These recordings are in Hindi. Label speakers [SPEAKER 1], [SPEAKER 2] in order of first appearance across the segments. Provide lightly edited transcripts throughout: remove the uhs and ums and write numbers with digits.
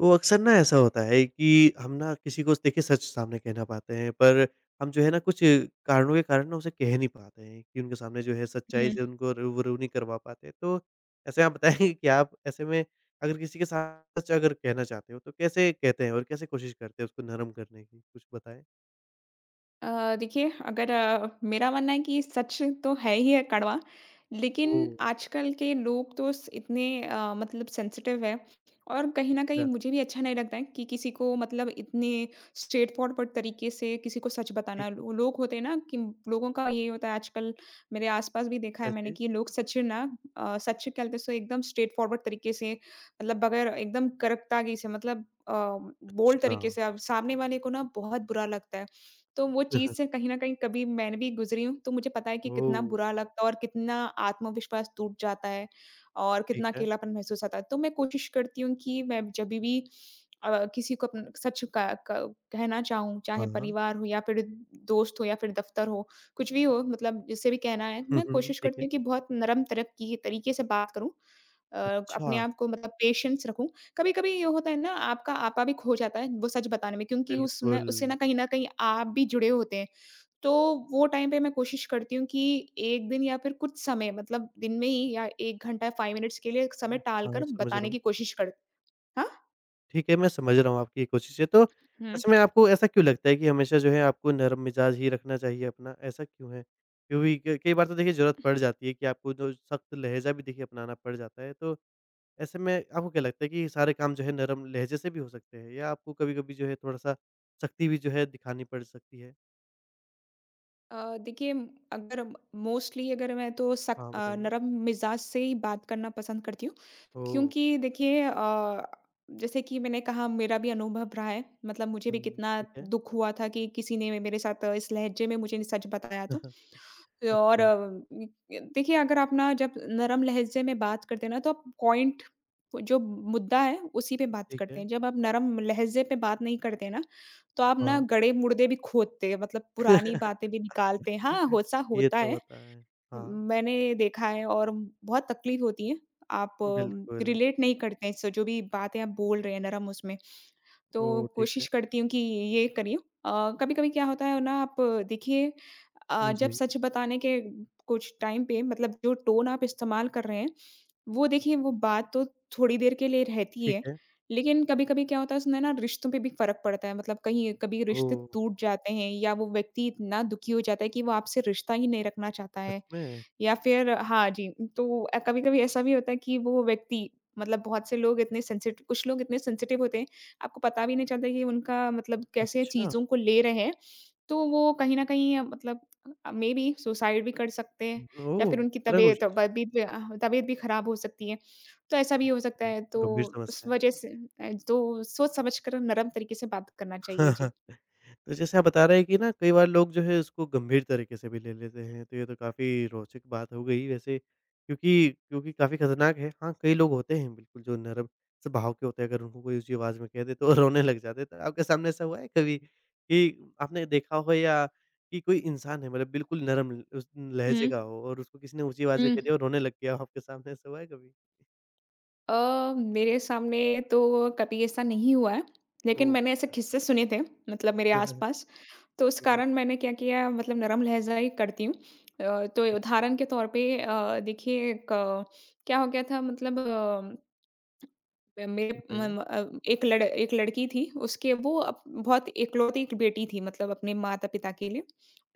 [SPEAKER 1] वो अक्सर ना ऐसा होता है कि हम ना किसी को देखिए सच सामने कहना पाते हैं, पर हम जो है
[SPEAKER 2] हुँ,
[SPEAKER 1] ना कुछ कारणों के कारण ना उसे कह नहीं पाते हैं कि उनके सामने जो है सच्चाई से उनको रूबरू नहीं करवा पाते। तो ऐसे आप बताएँगे कि आप ऐसे में अगर किसी के साथ सच अगर कहना चाहते हो तो कैसे कहते हैं और कैसे कोशिश करते हैं उसको नरम करने की? कुछ बताएँ?
[SPEAKER 2] देखिए, अगर मेरा मानना है कि सच तो है ही है कड़वा, लेकिन
[SPEAKER 1] ओह!
[SPEAKER 2] आजकल के लोग तो स इतने मतलब सेंसिटिव है। और कहीं न कहीं
[SPEAKER 1] अच्छा,
[SPEAKER 2] मुझे भी अच्छा नहीं लगता है कि किसी को मतलब इतने स्ट्रेट फॉरवर्ड तरीके से किसी को सच बताना।
[SPEAKER 1] ठीक है।
[SPEAKER 2] लो लोग होते हैं ना कि लोगों का ये होता है आजकल। मेरे आस-पास भी देखा है
[SPEAKER 1] क्या
[SPEAKER 2] मैंने
[SPEAKER 1] चीज़?
[SPEAKER 2] कि लोग सच ना सच क्या बोलते हैं सो एकदम स्ट्रेट फॉरवर्ड तरीके से, मतलब बगैर एकदम करकतागी से मतलब बोल्ड
[SPEAKER 1] अच्छा।
[SPEAKER 2] तरीके से, अब सामने वाले को ना बहुत बुरा लगता है। तो वो चीज़ से कहीं न कहीं कभी मैंने भी गुज़री हूँ, तो मुझे पता है कि कितना
[SPEAKER 1] ओह!
[SPEAKER 2] बुरा लगता है और कितना आत्मविश्वास टूट जाता है और
[SPEAKER 1] ठीक
[SPEAKER 2] कितना
[SPEAKER 1] है।
[SPEAKER 2] अकेलापन महसूस होता है। तो मैं कोशिश करती हूँ कि मैं जभी भी किसी को अपन सच का क कहना चाहूँ, चाहे
[SPEAKER 1] हाँ।
[SPEAKER 2] परिवार हो या फिर दोस्त हो या फिर दफ़्तर हो, कुछ भी हो, मतलब जिससे भी कहना है,
[SPEAKER 1] हुँ,
[SPEAKER 2] मैं
[SPEAKER 1] हुँ।
[SPEAKER 2] कोशिश
[SPEAKER 1] ठीक
[SPEAKER 2] करती
[SPEAKER 1] है।
[SPEAKER 2] हूँ कि बहुत नरम तरक की तरीके से बात करूँ। अ,
[SPEAKER 1] अच्छा,
[SPEAKER 2] अपने आप को मतलब पेशेंस रखूँ। कभी-कभी ये होता है ना, आपका आपा भी खो जाता है वो सच बताने में, क्योंकि उसने
[SPEAKER 1] बिल्कुल।
[SPEAKER 2] उससे ना कहीं न कहीं आप भी जुड़े होते हैं। तो वो टाइम पे मैं कोशिश करती हूँ कि 1 दिन या फिर कुछ समय, मतलब दिन में ही या 1 घंटा 5 मिनट्स के लिए समय
[SPEAKER 1] हुँ,
[SPEAKER 2] टाल
[SPEAKER 1] हाँ,
[SPEAKER 2] कर
[SPEAKER 1] समझ रहा
[SPEAKER 2] बताने
[SPEAKER 1] हूँ।
[SPEAKER 2] की कोशिश कर। हाँ?
[SPEAKER 1] ठीक है, मैं समझ रहा हूँ आपकी ये कोशिशें। तो ऐसे में आपको ऐसा क्यों लगता है कि हमेशा जो है आपको नरम मिजाज ही रखना चाहिए अपना, ऐसा क्यों है? क्योंकि क कई बार तो देखिए ज़रूरत पड़ जाती है कि आपको जो सख्त लहज़ा भी देखिए अपनाना पड़ जाता है। तो ऐसे में आपको क्या लगता है कि सारे काम जो है नरम लहज़े से भी हो सकते हैं या आपको कभी-कभी जो है थोड़ा-सा सख्ती भी जो है दिखानी पड़ सकती है?
[SPEAKER 2] देखिए, अगर मोस्टली अगर मैं तो
[SPEAKER 1] हाँ, बताइए।
[SPEAKER 2] नरम मिजाज से ही बात करना पसंद करती हूँ।
[SPEAKER 1] ओह!
[SPEAKER 2] क्योंकि देखिए, जैसे कि मैंने कहा, मेरा भी अनुभव रहा है। मतलब मुझे भी
[SPEAKER 1] हुँ,
[SPEAKER 2] कितना
[SPEAKER 1] ठीक है।
[SPEAKER 2] दुःख हुआ था कि किसी ने मेरे साथ इस लहज़े में मुझे सच बताया, तो। और
[SPEAKER 1] अच्छा,
[SPEAKER 2] इ देखिए, अगर आप ना जब नरम लहज़े में बात करते हैं ना, तो आप पॉइंट, जो मुद्दा है, उसी पे बात
[SPEAKER 1] ठीक
[SPEAKER 2] करते
[SPEAKER 1] है।
[SPEAKER 2] हैं। जब आप नरम लहज़े पे बात नहीं करते ना, तो आप ना
[SPEAKER 1] हाँ।
[SPEAKER 2] गड़े-मुड़दे भी खोदते हैं, मतलब पुरानी बातें भी निकालते हैं। हाँ, हो ऐसा
[SPEAKER 1] ये
[SPEAKER 2] होता
[SPEAKER 1] तो
[SPEAKER 2] है।
[SPEAKER 1] होता है। हाँ,
[SPEAKER 2] मैंने देखा है, और बहुत तकलीफ होती है। आप
[SPEAKER 1] बिल्कुल।
[SPEAKER 2] रिलेट नहीं करते हैं, सो जो भी बातें आप बोल रहे हैं नरम उसमें। तो
[SPEAKER 1] ओह! ठीक है।
[SPEAKER 2] कोशिश करती हूँ कि ये करी हूँ। कभी-कभी क्या होता है ना, आप देखिए, जब
[SPEAKER 1] जी।
[SPEAKER 2] सच बताने के कुछ टाइम पे, मतलब जो टोन आप इस्तेमाल कर रहे हैं, वो देखिए, वो बात तो थोड़ी देर के लिए रहती
[SPEAKER 1] ठीक
[SPEAKER 2] है,
[SPEAKER 1] है।
[SPEAKER 2] लेकिन कभी-कभी क्या होता है उसमें ना, रिश्तों पे भी फ़र्क पड़ता है। मतलब कहीं कभी रिश्ते
[SPEAKER 1] ओह!
[SPEAKER 2] टूट जाते हैं, या वो व्यक्ति इतना दुखी हो जाता है कि वो आपसे रिश्ता ही नहीं रखना चाहता
[SPEAKER 1] सच
[SPEAKER 2] है।
[SPEAKER 1] में?
[SPEAKER 2] या फिर, हाँ जी, तो कभी-कभी ऐसा भी होता है कि वो व्यक्ति, मतलब बहुत से लोग इतने सेंसिट कुछ लोग इतने सेंसिटिव होते हैं, आपको पता भी नहीं चलता कि उनका मतलब कैसे
[SPEAKER 1] अच्छा।
[SPEAKER 2] चीज़ों को ले रहे हैं। तो वो कहीं न कहीं मतलब मेबी सुसाइड भी कर सकते हैं, या फिर
[SPEAKER 1] ओह!
[SPEAKER 2] उनकी
[SPEAKER 1] इतना कुछ?
[SPEAKER 2] तबीयत तबीयत भी खराब हो सकती है। तो ऐसा भी हो सकता है,
[SPEAKER 1] गंभीर
[SPEAKER 2] तो उस
[SPEAKER 1] समस्या है।
[SPEAKER 2] वजह से तो सोच समझ कर नरम तरीके से बात करना चाहिए।
[SPEAKER 1] हाँ,
[SPEAKER 2] जी।
[SPEAKER 1] हाँ। तो जैसे आप बता रहे हैं कि ना कई बार लोग जो है उसको गंभीर तरीके से भी ले लेते हैं, तो ये तो काफ़ी रोचक बात हो गई वैसे क्योंकि क्योंकि काफ़ी खतरनाक है। हाँ, कई लोग होते हैं बिल्कुल जो नरम स्वभाव के होते हैं, अगर उनको कोई ऊँची आवाज़ में कह दे तो रोने लग जाते हैं। तो आपके सामने ऐसा हुआ है कभी कि आपने देखा हो या कि कोई इंसान है मतलब बिल्कुल नरम उस लहजे
[SPEAKER 2] हुँ।
[SPEAKER 1] का हो और उसको किसी ने ऊँची आवाज़
[SPEAKER 2] हुँ।
[SPEAKER 1] में कह दिया और रोने लग गया हो आपके सामने ऐसा हुआ है कभी?
[SPEAKER 2] मेरे सामने तो कभी ऐसा नहीं हुआ है, लेकिन
[SPEAKER 1] ओह!
[SPEAKER 2] मैंने ऐसे
[SPEAKER 1] अच्छा।
[SPEAKER 2] किस्से सुने थे, मतलब मेरे आसपास। तो उस
[SPEAKER 1] ठीक है,
[SPEAKER 2] कारण मैंने क्या किया, मतलब नरम लहज़ा ही करती हूँ। तो
[SPEAKER 1] ठीक है।
[SPEAKER 2] उदाहरण के तौर पे, देखिए क्या हो गया था, मतलब अ, मेरे
[SPEAKER 1] बताइए।
[SPEAKER 2] मम अ, एक लड़की थी, उसके वो अप बहुत इकलौती एक बेटी थी, मतलब अपने माता-पिता के लिए।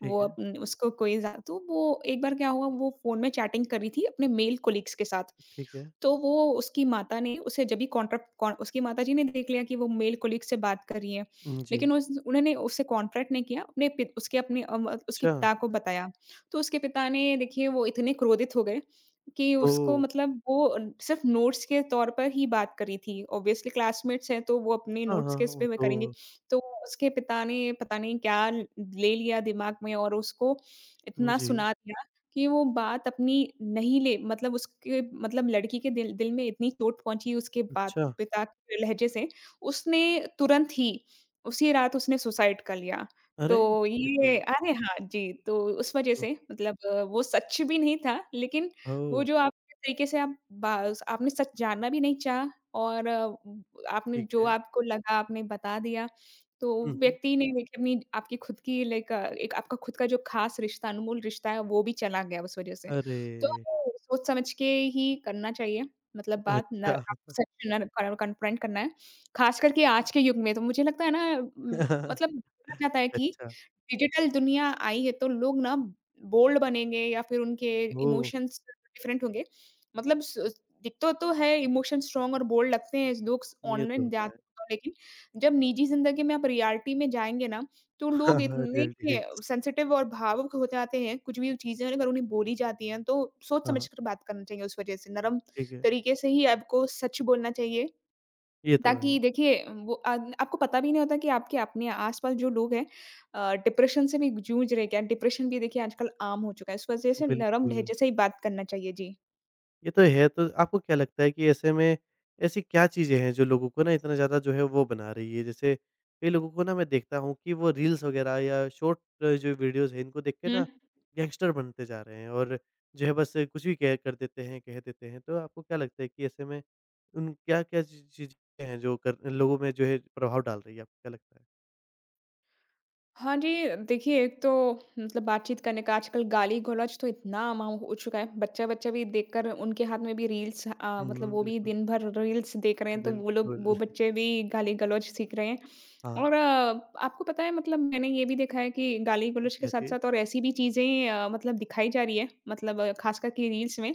[SPEAKER 2] वो
[SPEAKER 1] ठीक है,
[SPEAKER 2] अपन उसको कोई ज़्या तो वो एक बार क्या हुआ, वो फ़ोन में चैटिंग कर रही थी अपने मेल कोलीग्स के साथ।
[SPEAKER 1] ठीक है।
[SPEAKER 2] तो वो उसकी माता ने उसे जब भी कॉन्ट्रैक्ट कॉन उसकी माताजी ने देख लिया कि वो मेल कोलीग से बात कर रही है।
[SPEAKER 1] हुँ, जी।
[SPEAKER 2] लेकिन उस उन्होंने उससे कॉन्ट्रैक्ट नहीं किया, अपने पित उसके अपने अ, म उसके
[SPEAKER 1] अच्छा।
[SPEAKER 2] पिता को बताया। तो उसके पिता ने, देखिए, वो इतने क्रोधित हो गए कि उसको,
[SPEAKER 1] ओह!
[SPEAKER 2] मतलब वो सिर्फ़ नोट्स के तौर पर ही बात करी थी। ऑब्वियसली क्लासमेट्स हैं, तो वो अपने
[SPEAKER 1] हाँ,
[SPEAKER 2] नोट्स
[SPEAKER 1] हाँ,
[SPEAKER 2] के इस
[SPEAKER 1] वो
[SPEAKER 2] पे वे करेंगे।
[SPEAKER 1] तो
[SPEAKER 2] तो उसके पिता ने पता नहीं क्या ल ले लिया दिमाग में, और उसको इतना
[SPEAKER 1] जी,
[SPEAKER 2] सुना दिया कि वो बात अपनी नहीं ले मतलब उसके मतलब लड़की के दिल दिल में इतनी चोट पहुँची, उसके बाद
[SPEAKER 1] अच्छा।
[SPEAKER 2] पिता के लहज़े से, उसने तुरंत ही उसी रात उसने सुसाइड कर लिया।
[SPEAKER 1] अरे!
[SPEAKER 2] तो
[SPEAKER 1] ये तो
[SPEAKER 2] ये अरे! हाँ जी, तो उस वज़ह
[SPEAKER 1] हुँ,
[SPEAKER 2] से, मतलब वो सच भी नहीं था, लेकिन वो,
[SPEAKER 1] ओह!
[SPEAKER 2] जो आप, जिस तरीके से आप बाज़ आपने सच जानना भी नहीं चाहा, और आपने
[SPEAKER 1] ठीक
[SPEAKER 2] जो
[SPEAKER 1] है।
[SPEAKER 2] आपको लगा आपने बता दिया, तो
[SPEAKER 1] हुँ, हुँ।
[SPEAKER 2] व्यक्ति ने, देखिए, अपनी आपकी खुद की लाइक एक आपका खुद का जो ख़ास रिश्ता, अनमोल रिश्ता है, वो भी चला गया उस वज़ह से।
[SPEAKER 1] अरे!
[SPEAKER 2] तो हमें सोच समझ के ही करना चाहिए, मतलब बात न,
[SPEAKER 1] अच्छा।
[SPEAKER 2] आपको सच न कर कन्फ्रंट करना है। ख़ास करके आज के युग में तो मुझे लगता है ना, मतलब बोला जाता है कि
[SPEAKER 1] अच्छा,
[SPEAKER 2] डिजिटल दुनिया आई है, तो लोग ना बोल्ड बनेंगे, या फिर उनके
[SPEAKER 1] ओह!
[SPEAKER 2] इमोशंस डिफरेंट होंगे। मतलब स दिखता तो है, इमोशन स्ट्रॉन्ग और बोल्ड लगते हैं लोग स
[SPEAKER 1] ये तो
[SPEAKER 2] ऑनलाइन
[SPEAKER 1] होता है।
[SPEAKER 2] जाते हैं तो, लेकिन जब निजी ज़िंदगी में आप रियलिटी में जाएँगे ना, तो
[SPEAKER 1] हाँ,
[SPEAKER 2] लोग
[SPEAKER 1] हाँ,
[SPEAKER 2] इतने
[SPEAKER 1] रियलिटी हिट्स।
[SPEAKER 2] सेंसिटिव और भावुक हो जाते हैं, कुछ भी चीज़ें अगर उन्हें बोली जाती हैं, तो सोच समझ
[SPEAKER 1] हाँ,
[SPEAKER 2] कर बात करनी चाहिए उस वजह से। नरम
[SPEAKER 1] ठीक है।
[SPEAKER 2] तरीके से ही आपको सच बोलना चाहिए,
[SPEAKER 1] ये तो
[SPEAKER 2] ताकि,
[SPEAKER 1] है,
[SPEAKER 2] देखिए, वो अन आपको पता भी नहीं होता कि आपके अपने आस-पास जो लोग हैं, डिप्रेशन से भी जूझ रहे हैं क्या? डिप्रेशन भी, देखिए, आजकल आम हो चुका है। इस वजह से नरम
[SPEAKER 1] बिल्कुल।
[SPEAKER 2] लहजे से ही बात करना चाहिए। जी।
[SPEAKER 1] ये तो है, तो आपको क्या लगता है कि ऐसे में ऐसी क्या चीज़ें हैं जो लोगों को ना इतना ज़्यादा जो है वो बना रही है? जैसे कई लोगों को ना मैं देखता हूँ कि वो रील्स वग़ैरह या शॉर्ट जो वीडियोज़ हैं इनको देख के
[SPEAKER 2] हुँ।
[SPEAKER 1] ना गैंगस्टर बनते जा रहे हैं और जो है बस कुछ भी कह कर देते हैं, कह देते हैं। तो आपको क्या लगता है कि ऐसे में उन क्या-क्या ची चीज़ें हैं जो कर लोगों में जो है प्रभाव डाल रही है, आपको क्या लगता है?
[SPEAKER 2] हाँ जी, देखिए, एक तो मतलब बातचीत करने का आजकल, गाली-गलौच तो इतना आम हो चुका है, बच्चा-बच्चा भी देखकर उनके हाथ में भी रील्स, मतलब
[SPEAKER 1] हुँ,
[SPEAKER 2] वो भी
[SPEAKER 1] बिल्कुल,
[SPEAKER 2] दिन भर रील्स देख रहे हैं, तो वो लोग, वो
[SPEAKER 1] बिल्कुल।
[SPEAKER 2] बच्चे भी गाली-गलौच सीख रहे हैं।
[SPEAKER 1] हाँ,
[SPEAKER 2] और आपको पता है, मतलब मैंने ये भी देखा है कि गाली-गलौच के
[SPEAKER 1] क्या चीज़?
[SPEAKER 2] साथ-साथ और ऐसी भी चीज़ें मतलब दिखाई जा रही है, मतलब ख़ासकर कि रील्स में।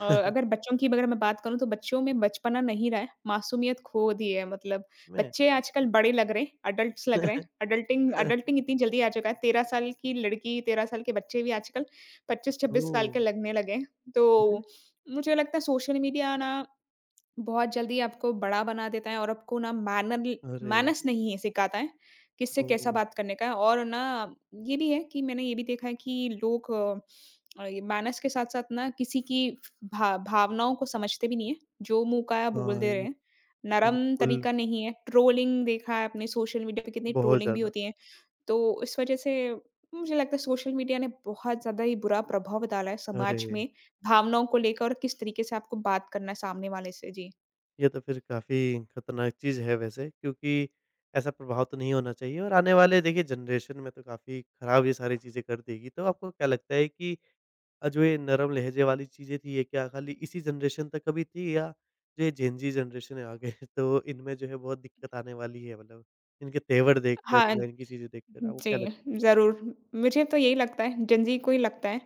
[SPEAKER 2] अगर बच्चों की, अगर मैं बात करूँ, तो बच्चों में बचपना नहीं रहा है, मासूमियत खो दी है, मतलब
[SPEAKER 1] सच में?
[SPEAKER 2] बच्चे आजकल बड़े लग रहे हैं, एडल्ट्स लग रहे हैं। एडल्टिंग एडल्टिंग इतनी जल्दी आ चुका है। 13 साल की लड़की, 13 साल के बच्चे भी आजकल 25-26 साल
[SPEAKER 1] ओह!
[SPEAKER 2] के लगने लगे हैं। तो मुझे लगता है सोशल मीडिया ना बहुत जल्दी आपको बड़ा बना देता है, और आपको ना
[SPEAKER 1] अरे!
[SPEAKER 2] मैनर्स नहीं है सिखाता है, किससे कैसा
[SPEAKER 1] ओह!
[SPEAKER 2] बात करने का है। और ना, ये भी है कि मैंने ये भी देखा है कि लोग ये मैनर्स के साथ-साथ ना किसी की भा भावनाओं को समझते भी नहीं है, जो मुँह का है बोल
[SPEAKER 1] हाँ,
[SPEAKER 2] दे रहे
[SPEAKER 1] ये
[SPEAKER 2] हैं।
[SPEAKER 1] तो
[SPEAKER 2] नरम
[SPEAKER 1] बिल्कुल,
[SPEAKER 2] तरीका नहीं है, ट्रोलिंग देखा है आपने सोशल मीडिया पे, कितनी
[SPEAKER 1] बहुत
[SPEAKER 2] ट्रोलिंग भी
[SPEAKER 1] ज़्यादा।
[SPEAKER 2] होती है। तो इस वजह से मुझे लगता है सोशल मीडिया ने बहुत ज़्यादा ही बुरा प्रभाव डाला है
[SPEAKER 1] अरे!
[SPEAKER 2] समाज में, भावनाओं को लेकर और किस तरीके से आपको बात करना है सामने वाले से। जी।
[SPEAKER 1] ये तो फिर काफ़ी खतरनाक चीज़ है वैसे क्योंकि ऐसा प्रभाव तो नहीं होना चाहिए और आने वाले देखिए जनरेशन में तो काफ़ी खराब ये सारी चीज़ें कर देगी। तो आपको क्या लगता है कि जो ये नरम लहजे वाली चीज़ें थी, ये क्या खाली इसी जनरेशन तक कभी थी या जो ये जेन ज़ी जनरेशन है आगे तो इनमें जो है बहुत दिक्कत आने वाली है मतलब इनके तेवर देखकर
[SPEAKER 2] हाँ,
[SPEAKER 1] या इनकी चीज़ें देखकर आपको क्या लगता है?
[SPEAKER 2] जी, ज़रूर। मुझे तो यही लगता है, जेन ज़ी को ही लगता है,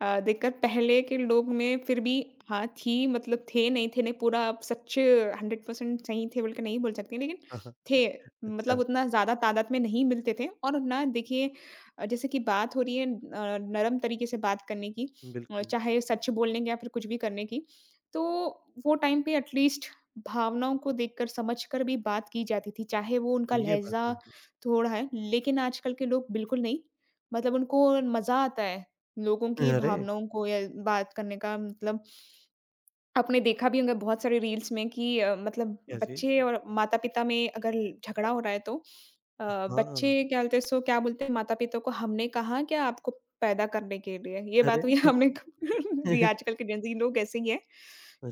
[SPEAKER 2] देखकर, पहले के लोग में फिर भी, हाँ, थी, मतलब थे, नहीं पूरा, आप सच 100% सही थे बोल के नहीं बोल सकते, लेकिन
[SPEAKER 1] हाँ, हाँ।
[SPEAKER 2] थे। मतलब
[SPEAKER 1] अच्छा,
[SPEAKER 2] उतना ज़्यादा तादाद में नहीं मिलते थे, और ना, देखिए, जैसे कि बात हो रही है, नरम तरीके से बात करने की,
[SPEAKER 1] बिल्कुल।
[SPEAKER 2] चाहे सच बोलने की या फिर कुछ भी करने की। तो वो टाइम पे एटलीस्ट भावनाओं को देखकर, समझकर भी बात की जाती थी, चाहे वो उनका
[SPEAKER 1] ये बात तो
[SPEAKER 2] लहज़ा
[SPEAKER 1] है।
[SPEAKER 2] थोड़ा है, लेकिन आजकल के लोग बिल्कुल नहीं, मतलब उनको मज़ा आता है, लोगों की
[SPEAKER 1] अरे!
[SPEAKER 2] भावनाओं को, या बात करने का मतलब, आपने देखा भी होगा बहुत सारे रील्स में कि मतलब
[SPEAKER 1] क्या चीज़?
[SPEAKER 2] बच्चे और माता-पिता में अगर झगड़ा हो रहा है, तो बच्चे
[SPEAKER 1] हाँ।
[SPEAKER 2] क्या बोलते हैं, सो क्या बोलते हैं माता-पिता को, हमने कहा क्या आपको पैदा करने के लिए? ये
[SPEAKER 1] अरे!
[SPEAKER 2] बात हुई हमने। जी, आजकल के जेनज़ी लोग ऐसे ही हैं।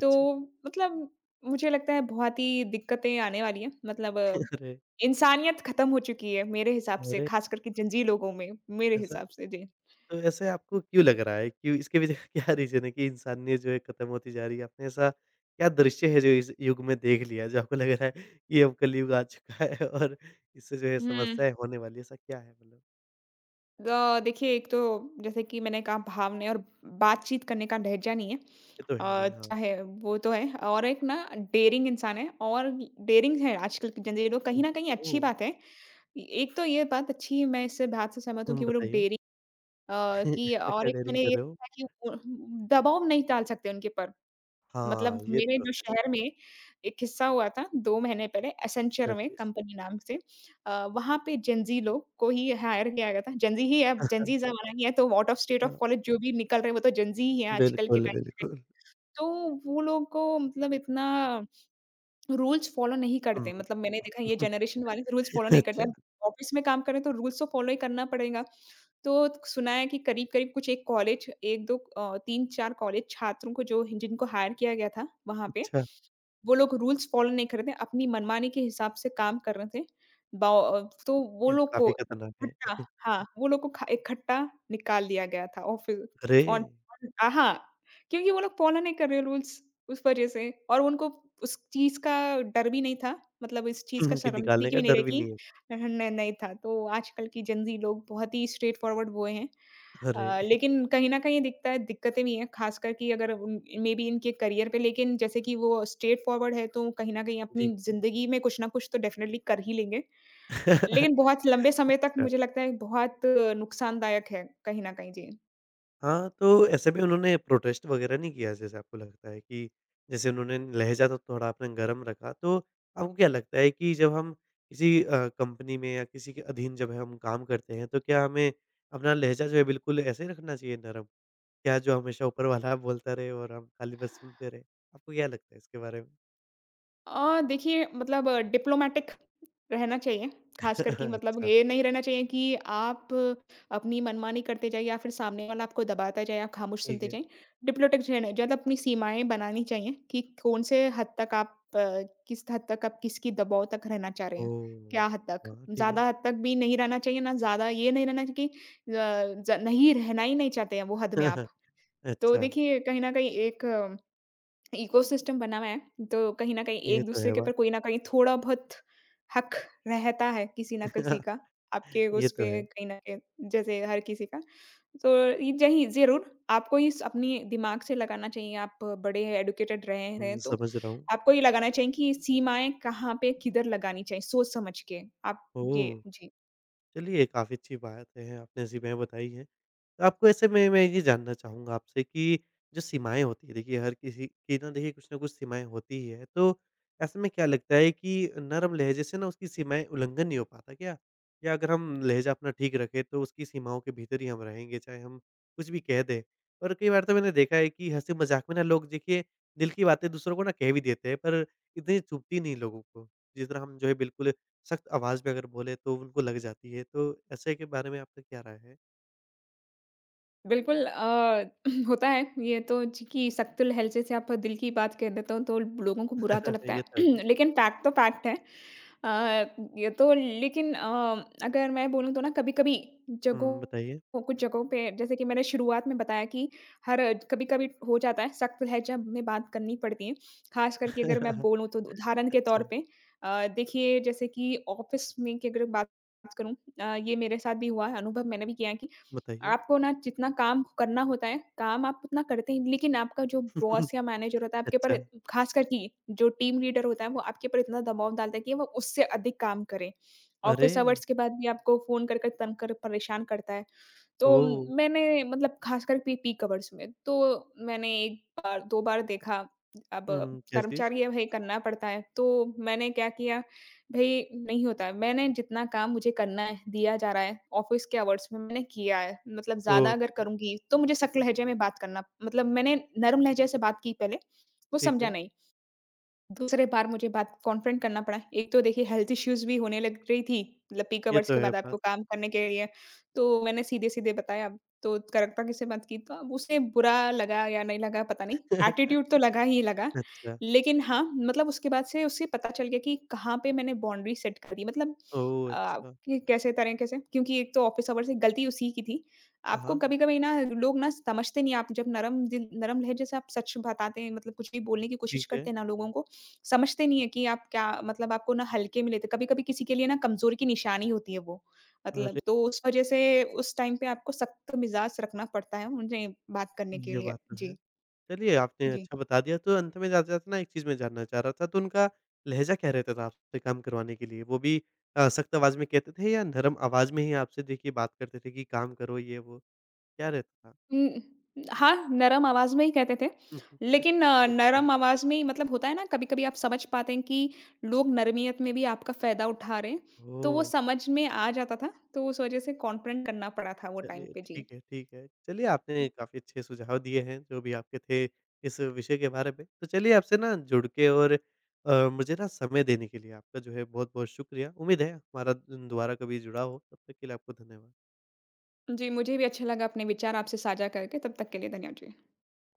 [SPEAKER 2] तो मतलब मुझे लगता है बहुत ही दिक्कतें आने वाली हैं। मतलब
[SPEAKER 1] अरे!
[SPEAKER 2] इंसानियत खत्म हो चुकी है मेरे हिसाब से,
[SPEAKER 1] अरे!
[SPEAKER 2] खास करके ज़िंजी लोगों में, मेरे
[SPEAKER 1] ऐसा
[SPEAKER 2] हिसाब से। जी।
[SPEAKER 1] तो ऐसे आपको क्यों लग रहा है? क्यों इसके पीछे क्या रीज़न है कि इंसानियत जो है खत्म होती जा रही है? आपने ऐसा क्या दृश्य है जो इस युग में देख लिया जो आपको लग रहा है कि अब कलयुग आ चुका है और इससे जो है
[SPEAKER 2] हुँ।
[SPEAKER 1] समस्याएँ होने वाली है, ऐसा क्या है मतलब?
[SPEAKER 2] देखिए एक तो जैसे कि मैंने कहा भावनाएँ और बातचीत करने का लहज़ा नहीं है।
[SPEAKER 1] ये तो है नहीं, हाँ।
[SPEAKER 2] चाहे वो तो है और एक ना डेयरिंग इंसान है और डेयरिंग है आजकल के ज़िंजी लोग, कहीं
[SPEAKER 1] हुँ,
[SPEAKER 2] न कहीं अच्छी
[SPEAKER 1] ओह!
[SPEAKER 2] बात है। एक तो ये बात अच्छी मैं इस बात से सहमत हूँ
[SPEAKER 1] हुँ,
[SPEAKER 2] कि वो लोग
[SPEAKER 1] बताइए।
[SPEAKER 2] डेयरिंग कि
[SPEAKER 1] ऐसा
[SPEAKER 2] और
[SPEAKER 1] क्या
[SPEAKER 2] एक
[SPEAKER 1] डेयरिंग
[SPEAKER 2] मैंने ये
[SPEAKER 1] कर रहे हो?
[SPEAKER 2] देखा कि वो दबाव नहीं डाल सकते उनके ऊपर। मतलब
[SPEAKER 1] हाँ, ये
[SPEAKER 2] मेरे
[SPEAKER 1] तो
[SPEAKER 2] जो
[SPEAKER 1] है।
[SPEAKER 2] शहर में एक किस्सा हुआ था 2 महीने पहले एसेंचर
[SPEAKER 1] क्या
[SPEAKER 2] में
[SPEAKER 1] चीज़?
[SPEAKER 2] कंपनी नाम से, वहाँ पे जेन ज़ी लोग को ही हायर किया गया था। जेन ज़ी ही है, जेन ज़ी ज़माना ही है तो आउट ऑफ स्टेट
[SPEAKER 1] हाँ,
[SPEAKER 2] ऑफ कॉलेज जो भी निकल रहे हैं वो तो जेन ज़ी ही है आजकल के
[SPEAKER 1] बिल्कुल,
[SPEAKER 2] टाइम।
[SPEAKER 1] बिल्कुल।
[SPEAKER 2] तो वो लोग को मतलब इतना रूल्स फॉलो नहीं करते।
[SPEAKER 1] हुँ।
[SPEAKER 2] मतलब मैंने देखा ये जनरेशन वाले रूल्स फॉलो नहीं करते। अब
[SPEAKER 1] अच्छा,
[SPEAKER 2] ऑफ़िस में काम कर रहे हैं तो रूल्स तो फॉलो ही करना पड़ेगा। तो सुना है कि करीब-करीब कुछ 1 कॉलेज 1 2 3-4 कॉलेज छात्रों को जो जिनको हायर किया गया था वहाँ पे,
[SPEAKER 1] अच्छा।
[SPEAKER 2] वो लोग रूल्स फ़ॉलो नहीं कर रहे थे, अपनी मनमानी के हिसाब से काम कर रहे थे। तो वो
[SPEAKER 1] ये तो
[SPEAKER 2] लोग को
[SPEAKER 1] काफ़ी खतरनाक है।
[SPEAKER 2] खट्टा हाँ, वो लोग को खा इकट्ठा निकाल दिया गया था और फिर
[SPEAKER 1] अरे!
[SPEAKER 2] ऑन ऑन अ, हाँ, क्योंकि वो लोग फ़ॉलो नहीं कर रहे रूल्स, उस वजह से और उनको उस चीज़ का डर भी नहीं था, मतलब इस चीज़ का
[SPEAKER 1] कि निकालने
[SPEAKER 2] शर्मिंदगी
[SPEAKER 1] का
[SPEAKER 2] भी नहीं
[SPEAKER 1] डर
[SPEAKER 2] रही
[SPEAKER 1] भी
[SPEAKER 2] कि
[SPEAKER 1] नहीं है।
[SPEAKER 2] न नहीं था। तो आजकल की जेन ज़ी लोग बहुत ही स्ट्रेट फॉरवर्ड वो हैं।
[SPEAKER 1] अरे!
[SPEAKER 2] लेकिन कहीं न कहीं दिखता है दिक्कतें भी हैं, ख़ासकर कि अगर उन मेबी इनके करियर पे लेकिन जैसे कि वो स्ट्रेट फॉरवर्ड है, तो कहीं न कहीं अपनी
[SPEAKER 1] ठीक है।
[SPEAKER 2] ज़िंदगी में कुछ ना कुछ तो डेफ़िनेटली कर ही लेंगे। लेकिन बहुत लंबे समय तक
[SPEAKER 1] अच्छा,
[SPEAKER 2] मुझे लगता है बहुत नुकसानदायक है, कहीं न कहीं। जी।
[SPEAKER 1] हाँ, तो ऐसे में उन्होंने प्रोटेस्ट वगैरह नहीं किया जैसे आपको लगता है कि जैसे उन्होंने लहज़ा तो थोड़ा आपने गरम रखा, तो आपको क्या लगता है कि जब हम किसी कंपनी में या किसी के अधीन जब हम काम करते हैं, तो क्या हमें अपना लहज़ा जो है बिल्कुल ऐसे ही रखना चाहिए नरम? क्या जो हमेशा ऊपर वाला बोलता रहे और हम खाली बस सुनते रहें? आपको क्या लगता है इसके बारे में?
[SPEAKER 2] देखिए मतलब डिप्लोमैटिक रहना चाहिए, ख़ासकर कि मतलब
[SPEAKER 1] अच्छा,
[SPEAKER 2] ये नहीं रहना चाहिए कि आप अपनी मनमानी करते जाइए या फिर सामने वाला आपको दबाता जाए, आप खामोश
[SPEAKER 1] ठीक
[SPEAKER 2] सुनते
[SPEAKER 1] है।
[SPEAKER 2] जाएँ। डिप्लोटिक रहना ज़्यादा अपनी सीमाएँ बनानी चाहिए कि कौन से हद तक आप किस हद तक आप किसकी दबाव तक रहना चाह रहे हैं, क्या
[SPEAKER 1] ओह!
[SPEAKER 2] हद तक।
[SPEAKER 1] हाँ, ठीक है।
[SPEAKER 2] ज़्यादा हद तक भी नहीं रहना चाहिए, ना ज़्यादा ये नहीं रहना चाहिए कि अ, ज नहीं रहना ही नहीं चाहते हैं वो हद में आप। तो
[SPEAKER 1] अच्छा,
[SPEAKER 2] देखिए कहीं न कहीं एक इकोसिस्टम बना हुआ है तो कहीं न कहीं
[SPEAKER 1] ये तो
[SPEAKER 2] एक-दूसरे
[SPEAKER 1] है
[SPEAKER 2] के ऊपर
[SPEAKER 1] बात।
[SPEAKER 2] कोई ना कहीं थोड़ा बहुत हक रहता है किसी ना किसी का, आपके
[SPEAKER 1] ये
[SPEAKER 2] उस
[SPEAKER 1] तो
[SPEAKER 2] पे
[SPEAKER 1] है।
[SPEAKER 2] कहीं न कहीं जैसे हर किसी का। तो ये जही ज़रूर आपको इस अपनी दिमाग से लगाना चाहिए, आप बड़े एडुकेटेड रहे हैं
[SPEAKER 1] हुँ,
[SPEAKER 2] तो
[SPEAKER 1] समझ रहा हूँ।
[SPEAKER 2] आपको ये लगाना चाहिए कि सीमाएँ कहाँ पे किधर लगानी चाहिए सोच समझ के। आप
[SPEAKER 1] ओह!
[SPEAKER 2] ये जी।
[SPEAKER 1] चलिए, काफ़ी अच्छी बात है, आपने सीमाएँ बताई हैं। तो आपको ऐसे में मैं ये जानना चाहूँगा आपसे कि जो सीमाएँ होती हैं, देखिए हर किसी की ना देखिए कुछ ना कुछ सीमाएँ होती ही है, तो ऐसे में क्या लगता है कि नरम लहज़े से ना उसकी सीमाएँ उल्लंघन नहीं हो पाता क्या? या अगर हम लहज़ा अपना ठीक रखें तो उसकी सीमाओं के भीतर ही हम रहेंगे, चाहे हम कुछ भी कह दें? और कई बार तो मैंने देखा है कि हँसी-मज़ाक में ना लोग देखिए दिल की बातें दूसरों को ना कह भी देते हैं, पर इतनी चुभती नहीं लोगों को। जिस तरह हम जो है बिल्कुल सख्त आवाज़ में अगर बोले तो उनको लग जाती है, तो ऐसे के बारे में आपका क्या राय है?
[SPEAKER 2] बिल्कुल होता है ये तो जी कि सख्त लहजे जैसे आप दिल की बात कह देते हो तो लोगों को बुरा तो लगता
[SPEAKER 1] ये
[SPEAKER 2] है
[SPEAKER 1] तो है।
[SPEAKER 2] लेकिन फैक्ट तो फैक्ट है। अ, ये तो लेकिन अगर मैं बोलूँ तो ना कभी-कभी
[SPEAKER 1] हुँ, बताइए?
[SPEAKER 2] जगहों कुछ जगहों पे जैसे कि मैंने शुरुआत में बताया कि हर कभी-कभी हो जाता है सख्त लहजा में बात करनी पड़ती है। ख़ास करके अगर मैं बोलूँ तो उदाहरण के
[SPEAKER 1] अच्छा,
[SPEAKER 2] तौर पे, देखिए जैसे कि ऑफ़िस में की अगर बात करूँ, ये मेरे साथ भी हुआ है, अनुभव मैंने भी किया है कि
[SPEAKER 1] बताइए?
[SPEAKER 2] आपको ना जितना काम करना होता है, काम आप उतना करते हैं, लेकिन आपका जो बॉस या मैनेजर होता है, आपके
[SPEAKER 1] अच्छा,
[SPEAKER 2] ऊपर खासकर कि जो टीम लीडर होता है, वो आपके ऊपर इतना दबाव डालता है कि वो उससे अधिक काम करें।
[SPEAKER 1] अरे!
[SPEAKER 2] ऑफ़िस आवर्स के बाद भी आपको फ़ोन कर कर तंग कर परेशान करता है। तो
[SPEAKER 1] ओह!
[SPEAKER 2] मैंने मतलब खासकर पी पीक आवर्स में, तो मैंने 1 बार, 2 बार देखा, अब
[SPEAKER 1] हुँ, क्या चीज़?
[SPEAKER 2] कर्मचारी अब है करना पड़ता है। तो मैंने क्या किया भई नहीं होता है। मैंने जितना काम मुझे करना है, दिया जा रहा है, ऑफ़िस के आवर्स में मैंने किया है। मतलब
[SPEAKER 1] ओह!
[SPEAKER 2] ज़्यादा अगर
[SPEAKER 1] अच्छा,
[SPEAKER 2] करूँगी, तो मुझे सख्त लहजे में बात करना मतलब मैंने नरम लहजे से बात की पहले, वो
[SPEAKER 1] ठीक
[SPEAKER 2] समझा
[SPEAKER 1] है।
[SPEAKER 2] नहीं। दूसरे बार मुझे बात कॉन्फ्रंट करना पड़ा। एक तो देखिए हेल्थ इश्यूज़ भी होने लग रही थी, मतलब पीक
[SPEAKER 1] ये
[SPEAKER 2] आवर्स
[SPEAKER 1] तो
[SPEAKER 2] के
[SPEAKER 1] है
[SPEAKER 2] बाद आपको
[SPEAKER 1] बात।
[SPEAKER 2] काम करने के लिए। तो मैंने सीधे-सीधे बताया, तो कड़कता से बात की तो अब उसे बुरा लगा या नहीं लगा पता नहीं, एटीट्यूड तो लगा।
[SPEAKER 1] अच्छा,
[SPEAKER 2] लेकिन हाँ, मतलब उसके बाद से उसे पता चल गया कि कहाँ पे मैंने बाउंड्री सेट कर दी मतलब
[SPEAKER 1] ओह!
[SPEAKER 2] अ,
[SPEAKER 1] अच्छा।
[SPEAKER 2] कि कैसे तरीके से क्योंकि एक तो ऑफ़िस आवर्स से गलती उसी की थी। आपको
[SPEAKER 1] हाँ,
[SPEAKER 2] कभी-कभी ना लोग समझते नहीं आप जब नरम लहजे से आप सच बताते हैं मतलब कुछ भी बोलने की कोशिश
[SPEAKER 1] ठीक
[SPEAKER 2] करते
[SPEAKER 1] है।
[SPEAKER 2] हैं ना लोगों को, समझते नहीं है कि आप क्या मतलब आपको ना हल्के में लेते कभी-कभी किसी के लिए ना कमज़ोरी की निशानी होती है वो। मतलब
[SPEAKER 1] अरे!
[SPEAKER 2] तो उस वज़ह से उस टाइम पे आपको सख्त मिज़ाज रखना पड़ता है उन्हें बात करने के
[SPEAKER 1] ये
[SPEAKER 2] लिए।
[SPEAKER 1] बात तो है।
[SPEAKER 2] जी,
[SPEAKER 1] चलिए, आपने
[SPEAKER 2] जी।
[SPEAKER 1] अच्छा बता दिया। तो अंत में जाते जाते ना एक चीज़ मैं जानना चाह रहा था, तो उनका लहज़ा क्या रहता था आपसे काम करवाने के लिए? वो भी सख्त आवाज़ में कहते थे या नरम आवाज़ में ही आपसे देखिए बात करते थे कि काम करो ये वो? क्या रहता था?
[SPEAKER 2] हुँ, हाँ, नरम आवाज़ में ही कहते थे।
[SPEAKER 1] हुँ, हुँ।
[SPEAKER 2] लेकिन
[SPEAKER 1] अच्छा।
[SPEAKER 2] नरम आवाज़ में ही मतलब होता है ना कभी-कभी आप समझ पाते हैं कि लोग नरमियत में भी आपका फ़ायदा उठा रहे हैं, तो वो
[SPEAKER 1] ओह!
[SPEAKER 2] समझ में आ जाता था, तो उस वज़ह से कॉन्फिडेंट करना पड़ा था वो टाइम
[SPEAKER 1] चलिए
[SPEAKER 2] पे जी।
[SPEAKER 1] ठीक है, ठीक है। चलिए आपने काफ़ी अच्छे सुझाव दिए हैं, जो भी आपके थे इस विषय के बारे में। तो चलिए आपसे ना जुड़ के और मुझे ना समय देने के लिए आपका जो है बहुत-बहुत शुक्रिया। उम्मीद है हमारा दोबारा कभी जुड़ा हो, तब तक के लिए आपको धन्यवाद।
[SPEAKER 2] जी, मुझे भी अच्छा लगा अपने विचार आपसे साझा करके, तब तक के लिए धन्यवाद जी।